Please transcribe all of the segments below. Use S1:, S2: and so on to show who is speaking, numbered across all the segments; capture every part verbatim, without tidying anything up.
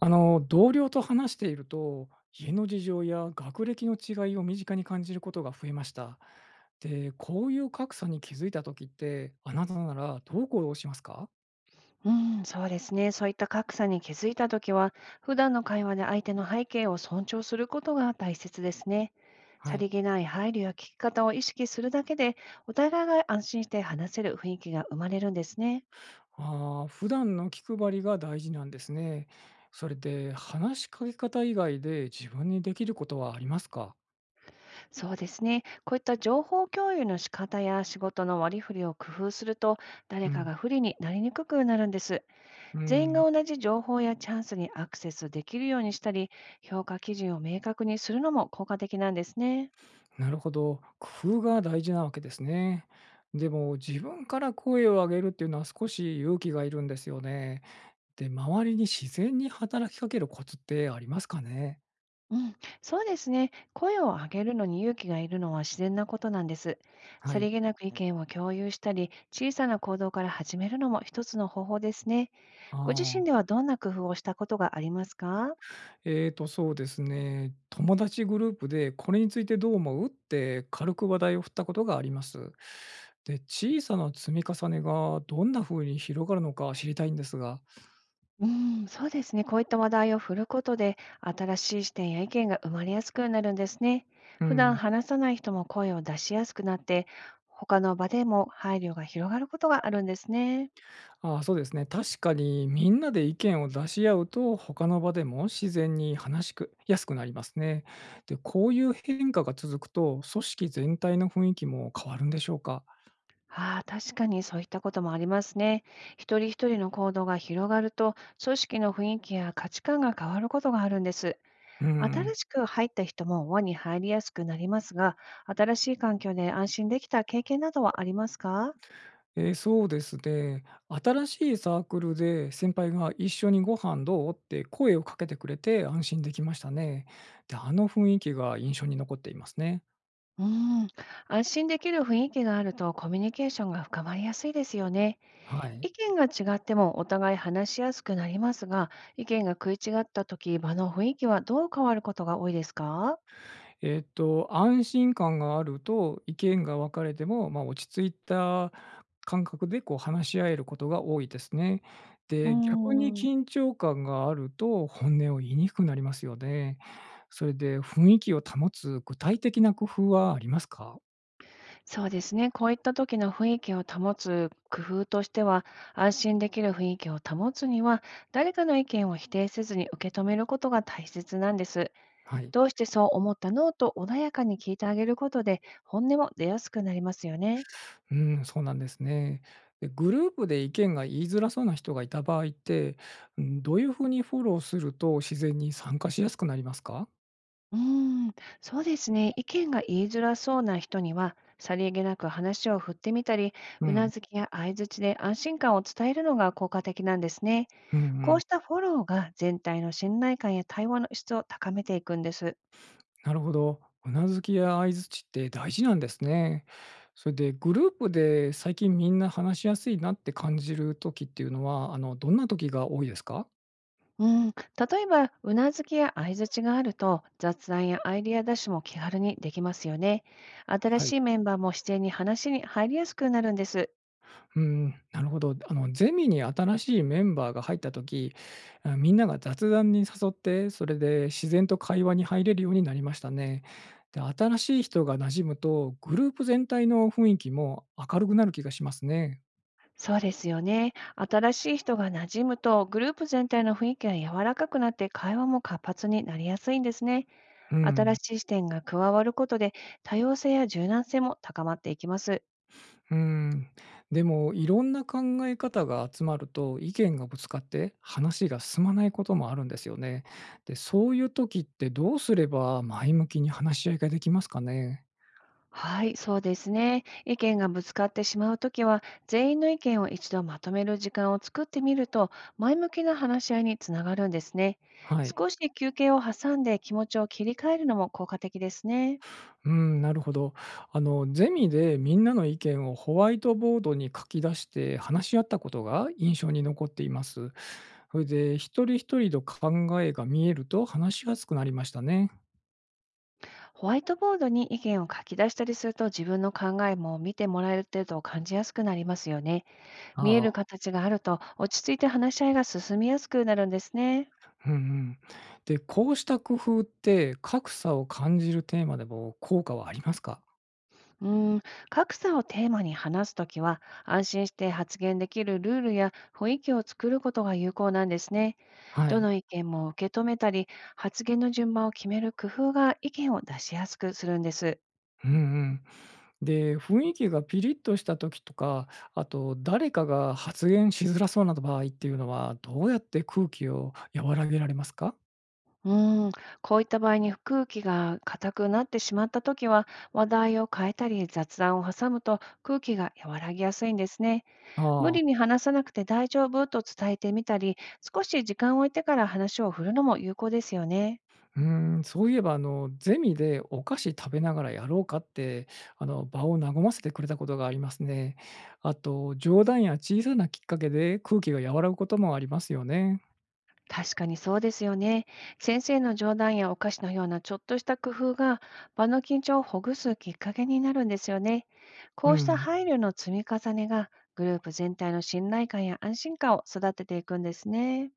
S1: あの、同僚と話していると、家の事情や学歴の違いを身近に感じることが増えました。で、こういう格差に気づいた時って、あなたならどう行動しますか？
S2: うん、そうですね。そういった格差に気づいたときは、普段の会話で相手の背景を尊重することが大切ですね。
S1: は
S2: さ
S1: い。
S2: りげない配慮や聞き方を意識するだけで、お互いが安心して話せる雰囲気が生まれるんですね。
S1: ああ、普段の気配りが大事なんですね。それで、話しかけ方以外で自分にできることはありますか？
S2: そうですね。こういった情報共有の仕方や仕事の割り振りを工夫すると、
S1: う
S2: 誰か
S1: ん。
S2: が不利になりにくくなるんです。
S1: う
S2: 全員が
S1: ん。
S2: 同じ情報やチャンスにアクセスできるようにしたり、評価基準を明確にするのも効果的なんですね。
S1: なるほど。工夫が大事なわけですね。でも、自分から声を上げるっていうのは少し勇気がいるんですよね。で、周りに自然に働きかけるコツってありますかね？
S2: うん、そうですね。声を上げるのに勇気がいるのは自然なことなんです。
S1: は
S2: さ
S1: い。
S2: りげなく意見を共有したり、小さな行動から始めるのも一つの方法ですね。
S1: あ
S2: ご自身
S1: あ、
S2: ではどんな工夫をしたことがありますか？
S1: ええと、そうですね、友達グループで「これについてどう思う？」って軽く話題を振ったことがあります。で、小さな積み重ねがどんな風に広がるのか知りたいんですが。
S2: うん、そうですね。こういった話題を振ることで、新しい視点や意見が生まれやすくなるんですね。
S1: う
S2: 普段
S1: ん。
S2: 話さない人も声を出しやすくなって、他の場でも配慮が広がることがあるんですね。
S1: ああ、そうですね、確かにみんなで意見を出し合うと、他の場でも自然に話しくやすくなりますね。で、こういう変化が続くと、組織全体の雰囲気も変わるんでしょうか？
S2: ああ、確かにそういったこともありますね。一人一人の行動が広がると、組織の雰囲気や価値観が変わることがあるんです。
S1: う
S2: 新
S1: ん。
S2: しく入った人も輪に入りやすくなりますが、新しい環境で安心できた経験などはありますか？
S1: えーそうですね。新しいサークルで先輩が「一緒にご飯どう？」って声をかけてくれて安心できましたね。で、あの雰囲気が印象に残っていますね。
S2: うーん、安心できる雰囲気があるとコミュニケーションが深まりやすいですよね。
S1: はい。
S2: 意見が違ってもお互い話しやすくなりますが、意見が食い違った時、場の雰囲気はどう変わることが多いですか？
S1: えーっと、安心感があると、意見が分かれても、まあ、落ち着いた感覚でこう話し合えることが多いですね。
S2: う
S1: で、逆に
S2: ーん。
S1: 緊張感があると、本音を言いにくくなりますよね。それで、雰囲気を保つ具体的な工夫はありますか？
S2: そうですね。こういった時の雰囲気を保つ工夫としては、安心できる雰囲気を保つには、誰かの意見を否定せずに受け止めることが大切なんです。
S1: はい。
S2: どうしてそう思ったのと穏やかに聞いてあげることで、本音も出やすくなりますよね。
S1: うん、そうなんですね。で、グループで意見が言いづらそうな人がいた場合って、うん、どういうふうにフォローすると自然に参加しやすくなりますか？
S2: うーん、そうですね。意見が言いづらそうな人には、さりげなく話を振ってみたり、
S1: う
S2: うな
S1: ん。
S2: ずきや相槌で安心感を伝えるのが効果的なんですね。
S1: うんう
S2: こ
S1: ん。
S2: うしたフォローが全体の信頼感や対話の質を高めていくんです。
S1: なるほど。うなずきや相槌って大事なんですね。それでグループで最近みんな話しやすいなって感じる時っていうのは、あの、どんな時が多いですか？
S2: うん、例えば、うなずきや相づちがあると、雑談やアイディア出しも気軽にできますよね。新
S1: は
S2: し
S1: い。
S2: いメンバーも自然に話に入りやすくなるんです。
S1: うん、なるほど。あの、ゼミに新しいメンバーが入った時、あ、みんなが雑談に誘って、それで自然と会話に入れるようになりましたね。で、新しい人が馴染むと、グループ全体の雰囲気も明るくなる気がしますね。
S2: そうですよね。新しい人が馴染むと、グループ全体の雰囲気が柔らかくなって、会話も活発になりやすいんですね。
S1: う
S2: 新
S1: ん、
S2: しい視点が加わることで、多様性や柔軟性も高まっていきます。
S1: うん。でも、いろんな考え方が集まると、意見がぶつかって話が進まないこともあるんですよね。で、そういう時ってどうすれば前向きに話し合いができますかね？
S2: はい、そうですね。意見がぶつかってしまうときは、全員の意見を一度まとめる時間を作ってみると、前向きな話し合いにつながるんですね。
S1: はい。
S2: 少し休憩を挟んで気持ちを切り替えるのも効果的ですね。
S1: うん、なるほど。あの、ゼミでみんなの意見をホワイトボードに書き出して話し合ったことが印象に残っています。それで、一人一人の考えが見えると話しやすくなりましたね。
S2: ホワイトボードに意見を書き出したりすると、自分の考えも見てもらえてると感じやすくなりますよね。見え
S1: あ
S2: る
S1: あ、
S2: 形があると、落ち着いて話し合いが進みやすくなるんですね。
S1: うんうん。で、こうした工夫って格差を感じるテーマでも効果はありますか？
S2: うーん、格差をテーマに話すときは、安心して発言できるルールや雰囲気を作ることが有効なんですね。
S1: は
S2: ど
S1: い。
S2: の意見も受け止めたり、発言の順番を決める工夫が意見を出しやすくするんです。
S1: うんうん。で、雰囲気がピリッとした時とか、あと誰かが発言しづらそうな場合っていうのは、どうやって空気を和らげられますか？
S2: うーん、こういった場合に空気が硬くなってしまったときは、話題を変えたり雑談を挟むと空気が和らぎやすいんですね。無
S1: あ
S2: 理
S1: あ、
S2: に話さなくて大丈夫と伝えてみたり、少し時間を置いてから話を振るのも有効ですよね。
S1: うーん、そういえば、あの、ゼミでお菓子食べながらやろうかって、あの、場を和ませてくれたことがありますね。あと、冗談や小さなきっかけで空気が和らぐこともありますよね。
S2: 確かにそうですよね。先生の冗談やお菓子のようなちょっとした工夫が場の緊張をほぐすきっかけになるんですよね。
S1: う
S2: こうした
S1: ん、
S2: 配慮の積み重ねがグループ全体の信頼感や安心感を育てていくんですね。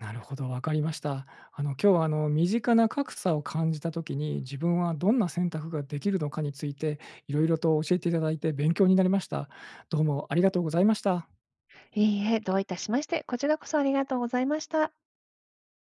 S1: なるほど、わかりました。あの、今日は、あの、身近な格差を感じた時に、自分はどんな選択ができるのかについて、いろいろと教えていただいて勉強になりました。どうもありがとうございました。
S2: いいえ、どういたしまして、こちらこそありがとうございました。